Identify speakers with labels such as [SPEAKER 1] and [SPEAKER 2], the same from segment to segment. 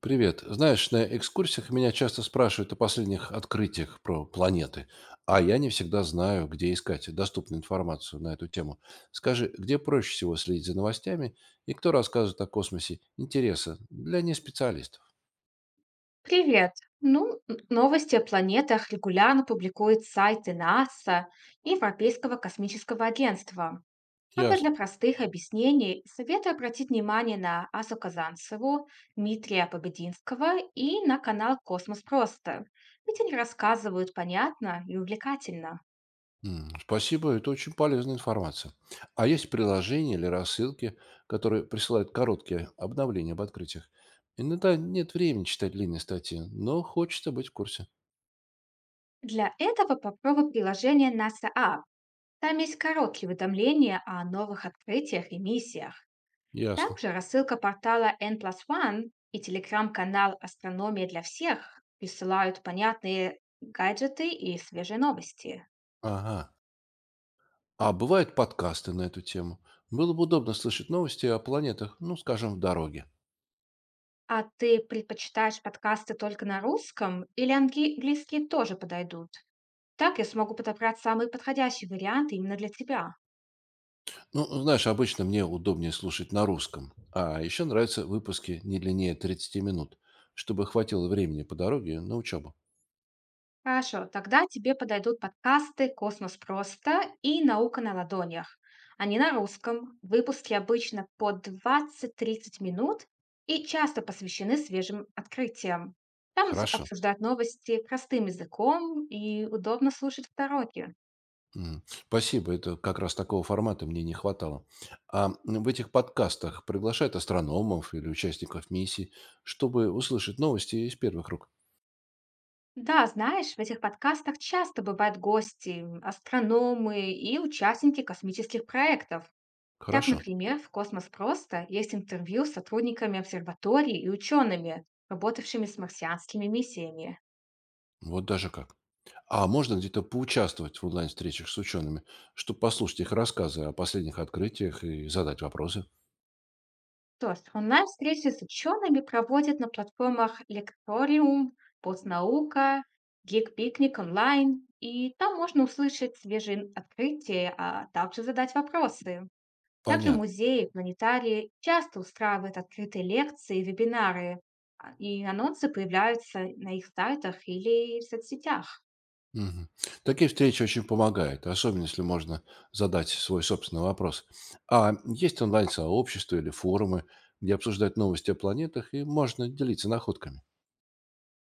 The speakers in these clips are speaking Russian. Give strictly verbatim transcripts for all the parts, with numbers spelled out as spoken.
[SPEAKER 1] Привет. Знаешь, на экскурсиях меня часто спрашивают о последних открытиях про планеты, а я не всегда знаю, где искать доступную информацию на эту тему. Скажи, где проще всего следить за новостями и кто рассказывает о космосе интереса для неспециалистов?
[SPEAKER 2] Привет! Ну, н- новости о планетах регулярно публикуют сайты НАСА и Европейского космического агентства. А вот
[SPEAKER 1] Ясно.
[SPEAKER 2] для простых объяснений советую обратить внимание на Асу Казанцеву, Дмитрия Побединского и на канал «Космос просто», ведь они рассказывают понятно и увлекательно.
[SPEAKER 1] М, Спасибо, это очень полезная информация. А есть приложения или рассылки, которые присылают короткие обновления об открытиях? Иногда нет времени читать длинные статьи, но хочется быть в курсе.
[SPEAKER 2] Для этого попробуй приложение N A S A App. Там есть короткие уведомления о новых открытиях и миссиях.
[SPEAKER 1] Ясно.
[SPEAKER 2] Также рассылка портала N plus One и телеграм-канал «Астрономия для всех» присылают понятные гаджеты и свежие новости.
[SPEAKER 1] Ага. А бывают подкасты на эту тему. Было бы удобно слышать новости о планетах, ну, скажем, в дороге.
[SPEAKER 2] А ты предпочитаешь подкасты только на русском или анги- английские тоже подойдут? Так я смогу подобрать самый подходящий вариант именно для тебя.
[SPEAKER 1] Ну, знаешь, обычно мне удобнее слушать на русском. А еще нравятся выпуски не длиннее тридцати минут, чтобы хватило времени по дороге на учебу.
[SPEAKER 2] Хорошо, тогда тебе подойдут подкасты «Космос просто» и «Наука на ладонях». Они на русском, выпуски обычно по двадцать тридцать минут и часто посвящены свежим открытиям. Там с-
[SPEAKER 1] Хорошо.
[SPEAKER 2] обсуждают новости простым языком, и удобно слушать в дороге.
[SPEAKER 1] М. Спасибо, это как раз такого формата мне не хватало. А м, в этих подкастах приглашают астрономов или участников миссий, чтобы услышать новости из первых рук.
[SPEAKER 2] Да, знаешь, в этих подкастах часто бывают гости, м, астрономы и участники космических проектов. Так,
[SPEAKER 1] Хорошо.
[SPEAKER 2] например, в «Космос просто» есть интервью с сотрудниками обсерватории и учеными, работавшими с марсианскими миссиями.
[SPEAKER 1] Вот даже как. А можно где-то поучаствовать в онлайн-встречах с учеными, чтобы послушать их рассказы о последних открытиях и задать вопросы?
[SPEAKER 2] То есть онлайн-встречи с учеными проводят на платформах Лекториум, Постнаука, Гик-Пикник онлайн, и там можно услышать свежие открытия, а также задать вопросы. Также
[SPEAKER 1] Понятно.
[SPEAKER 2] музеи, планетарии часто устраивают открытые лекции и вебинары, а, и анонсы появляются на их сайтах или в соцсетях.
[SPEAKER 1] Мгм. Такие встречи очень помогают, особенно если можно задать свой собственный вопрос. А есть онлайн-сообщества или форумы, где обсуждают новости о планетах и можно делиться находками?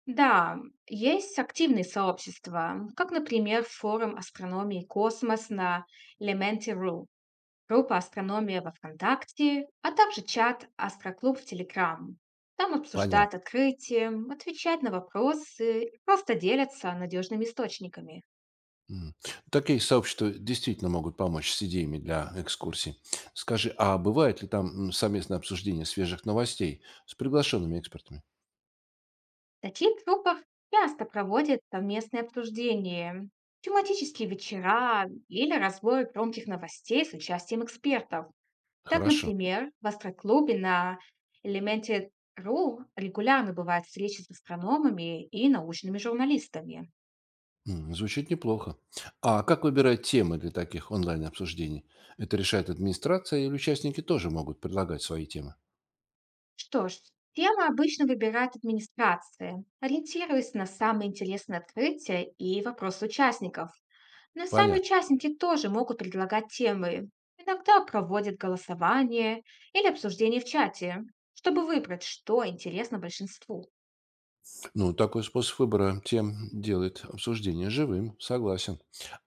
[SPEAKER 2] Да, есть активные сообщества, как, например, форум астрономии «Космос» на Elementi точка ру, группа «Астрономия» во ВКонтакте, а также чат «Астроклуб» в Телеграм. Там
[SPEAKER 1] Понятно.
[SPEAKER 2] обсуждают открытия, отвечают на вопросы и просто делятся надежными источниками.
[SPEAKER 1] Мгм. Такие сообщества действительно могут помочь с идеями для экскурсий. Скажи, а бывает ли там м, совместное обсуждение свежих новостей с приглашенными экспертами?
[SPEAKER 2] В таких группах часто проводят совместные обсуждения, тематические вечера или разборы громких новостей с участием экспертов. Так,
[SPEAKER 1] Хорошо.
[SPEAKER 2] например, в астроклубе на элементе Ру регулярно бывают встречи с астрономами и научными журналистами.
[SPEAKER 1] М, Звучит неплохо. А как выбирать темы для таких онлайн-обсуждений? Это решает администрация или участники тоже могут предлагать свои темы?
[SPEAKER 2] Что ж, темы обычно выбирает администрация, ориентируясь на самые интересные открытия и вопросы участников. Но и сами
[SPEAKER 1] Понятно.
[SPEAKER 2] участники тоже могут предлагать темы. Иногда проводят голосование или обсуждение в чате, чтобы выбрать, что интересно большинству.
[SPEAKER 1] Ну, такой способ выбора тем делает обсуждение живым, согласен.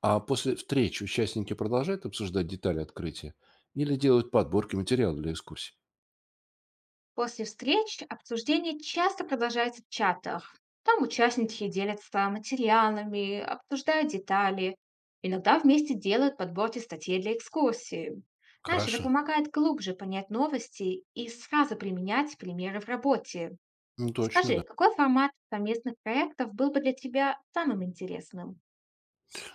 [SPEAKER 1] А после встреч участники продолжают обсуждать детали открытия или делают подборки материала для экскурсий?
[SPEAKER 2] После встреч обсуждение часто продолжается в чатах. Там участники делятся материалами, обсуждают детали, иногда вместе делают подборки статей для экскурсии. Знаешь, это
[SPEAKER 1] Хорошо.
[SPEAKER 2] помогает глубже понять новости и сразу применять примеры в работе.
[SPEAKER 1] Ну, точно,
[SPEAKER 2] Скажи,
[SPEAKER 1] да.
[SPEAKER 2] какой формат совместных проектов был бы для тебя самым интересным?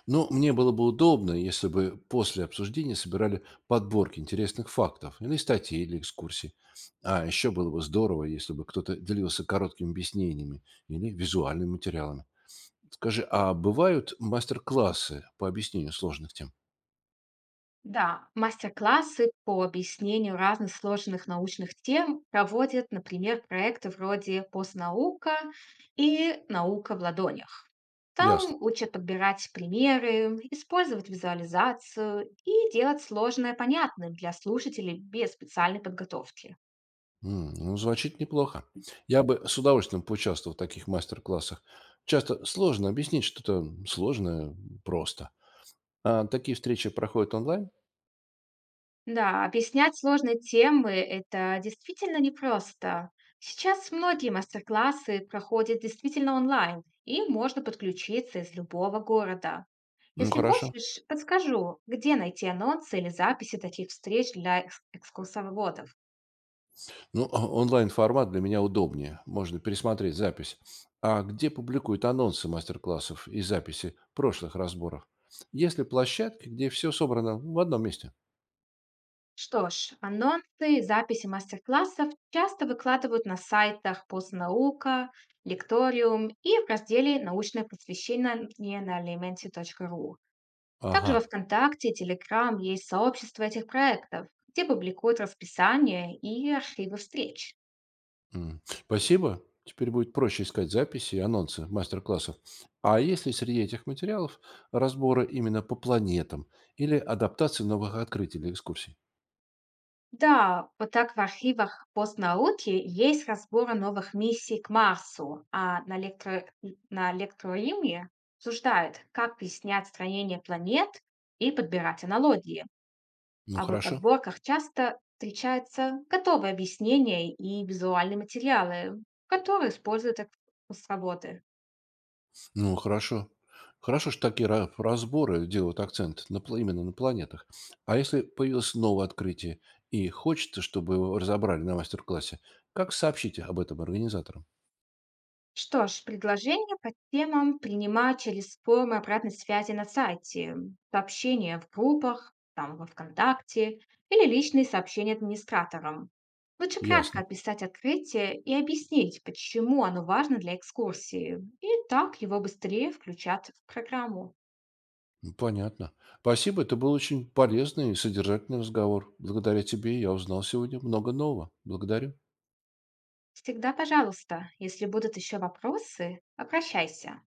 [SPEAKER 1] Но мне было бы удобно, если бы после обсуждения собирали подборки интересных фактов, или статей, или экскурсий. А еще было бы здорово, если бы кто-то делился короткими объяснениями или визуальными материалами. Скажи, а бывают мастер-классы по объяснению сложных тем?
[SPEAKER 2] Да, мастер-классы по объяснению разных сложных научных тем проводят, например, проекты вроде «Постнаука» и «Наука в ладонях».
[SPEAKER 1] Ясно.
[SPEAKER 2] Там учат подбирать примеры, использовать визуализацию и делать сложное понятным для слушателей без специальной подготовки.
[SPEAKER 1] М, Ну, звучит неплохо. Я бы с удовольствием поучаствовал в таких мастер-классах. Часто сложно объяснить что-то сложное просто. А такие встречи проходят онлайн?
[SPEAKER 2] Да, объяснять сложные темы – это действительно непросто. Сейчас многие мастер-классы проходят действительно онлайн, и можно подключиться из любого города.
[SPEAKER 1] Ну,
[SPEAKER 2] Если
[SPEAKER 1] хорошо.
[SPEAKER 2] хочешь, подскажу, где найти анонсы или записи таких встреч для экс- экскурсоводов.
[SPEAKER 1] Ну, о- онлайн-формат для меня удобнее. Можно пересмотреть запись. А где публикуют анонсы мастер-классов и записи прошлых разборов? Есть ли площадки, где все собрано в одном месте?
[SPEAKER 2] Что ж, анонсы и записи мастер-классов часто выкладывают на сайтах «Постнаука», «Лекториум» и в разделе «Научное просвещение» на elementy точка ру. Также
[SPEAKER 1] Ага.
[SPEAKER 2] во ВКонтакте и Телеграм есть сообщество этих проектов, где публикуют расписание и архивы встреч.
[SPEAKER 1] М. Спасибо. Теперь будет проще искать записи и анонсы мастер-классов. А если среди этих материалов разборы именно по планетам или адаптации новых открытий для экскурсий?
[SPEAKER 2] Да, вот так в архивах постнауки есть разборы новых миссий к Марсу, а на, электро... на электроиме обсуждают, как объяснять строение планет и подбирать аналогии.
[SPEAKER 1] Ну,
[SPEAKER 2] А вот в
[SPEAKER 1] хорошо.
[SPEAKER 2] подборках часто встречаются готовые объяснения и визуальные материалы, которые используют эк- с работы.
[SPEAKER 1] Ну, хорошо. Хорошо, что такие ра- разборы делают акцент на, пла- именно на планетах. А если появилось новое открытие и хочется, чтобы его разобрали на мастер-классе, как сообщите об этом организаторам?
[SPEAKER 2] Что ж, предложения по темам принимаю через формы обратной связи на сайте, сообщения в группах, там во ВКонтакте или личные сообщения администраторам. Лучше кратко
[SPEAKER 1] Ясно.
[SPEAKER 2] описать открытие и объяснить, почему оно важно для экскурсии, и так его быстрее включат в программу.
[SPEAKER 1] Ну, понятно. Спасибо, это был очень полезный и содержательный разговор. Благодаря тебе я узнал сегодня много нового. Благодарю.
[SPEAKER 2] Всегда, пожалуйста, если будут еще вопросы, обращайся.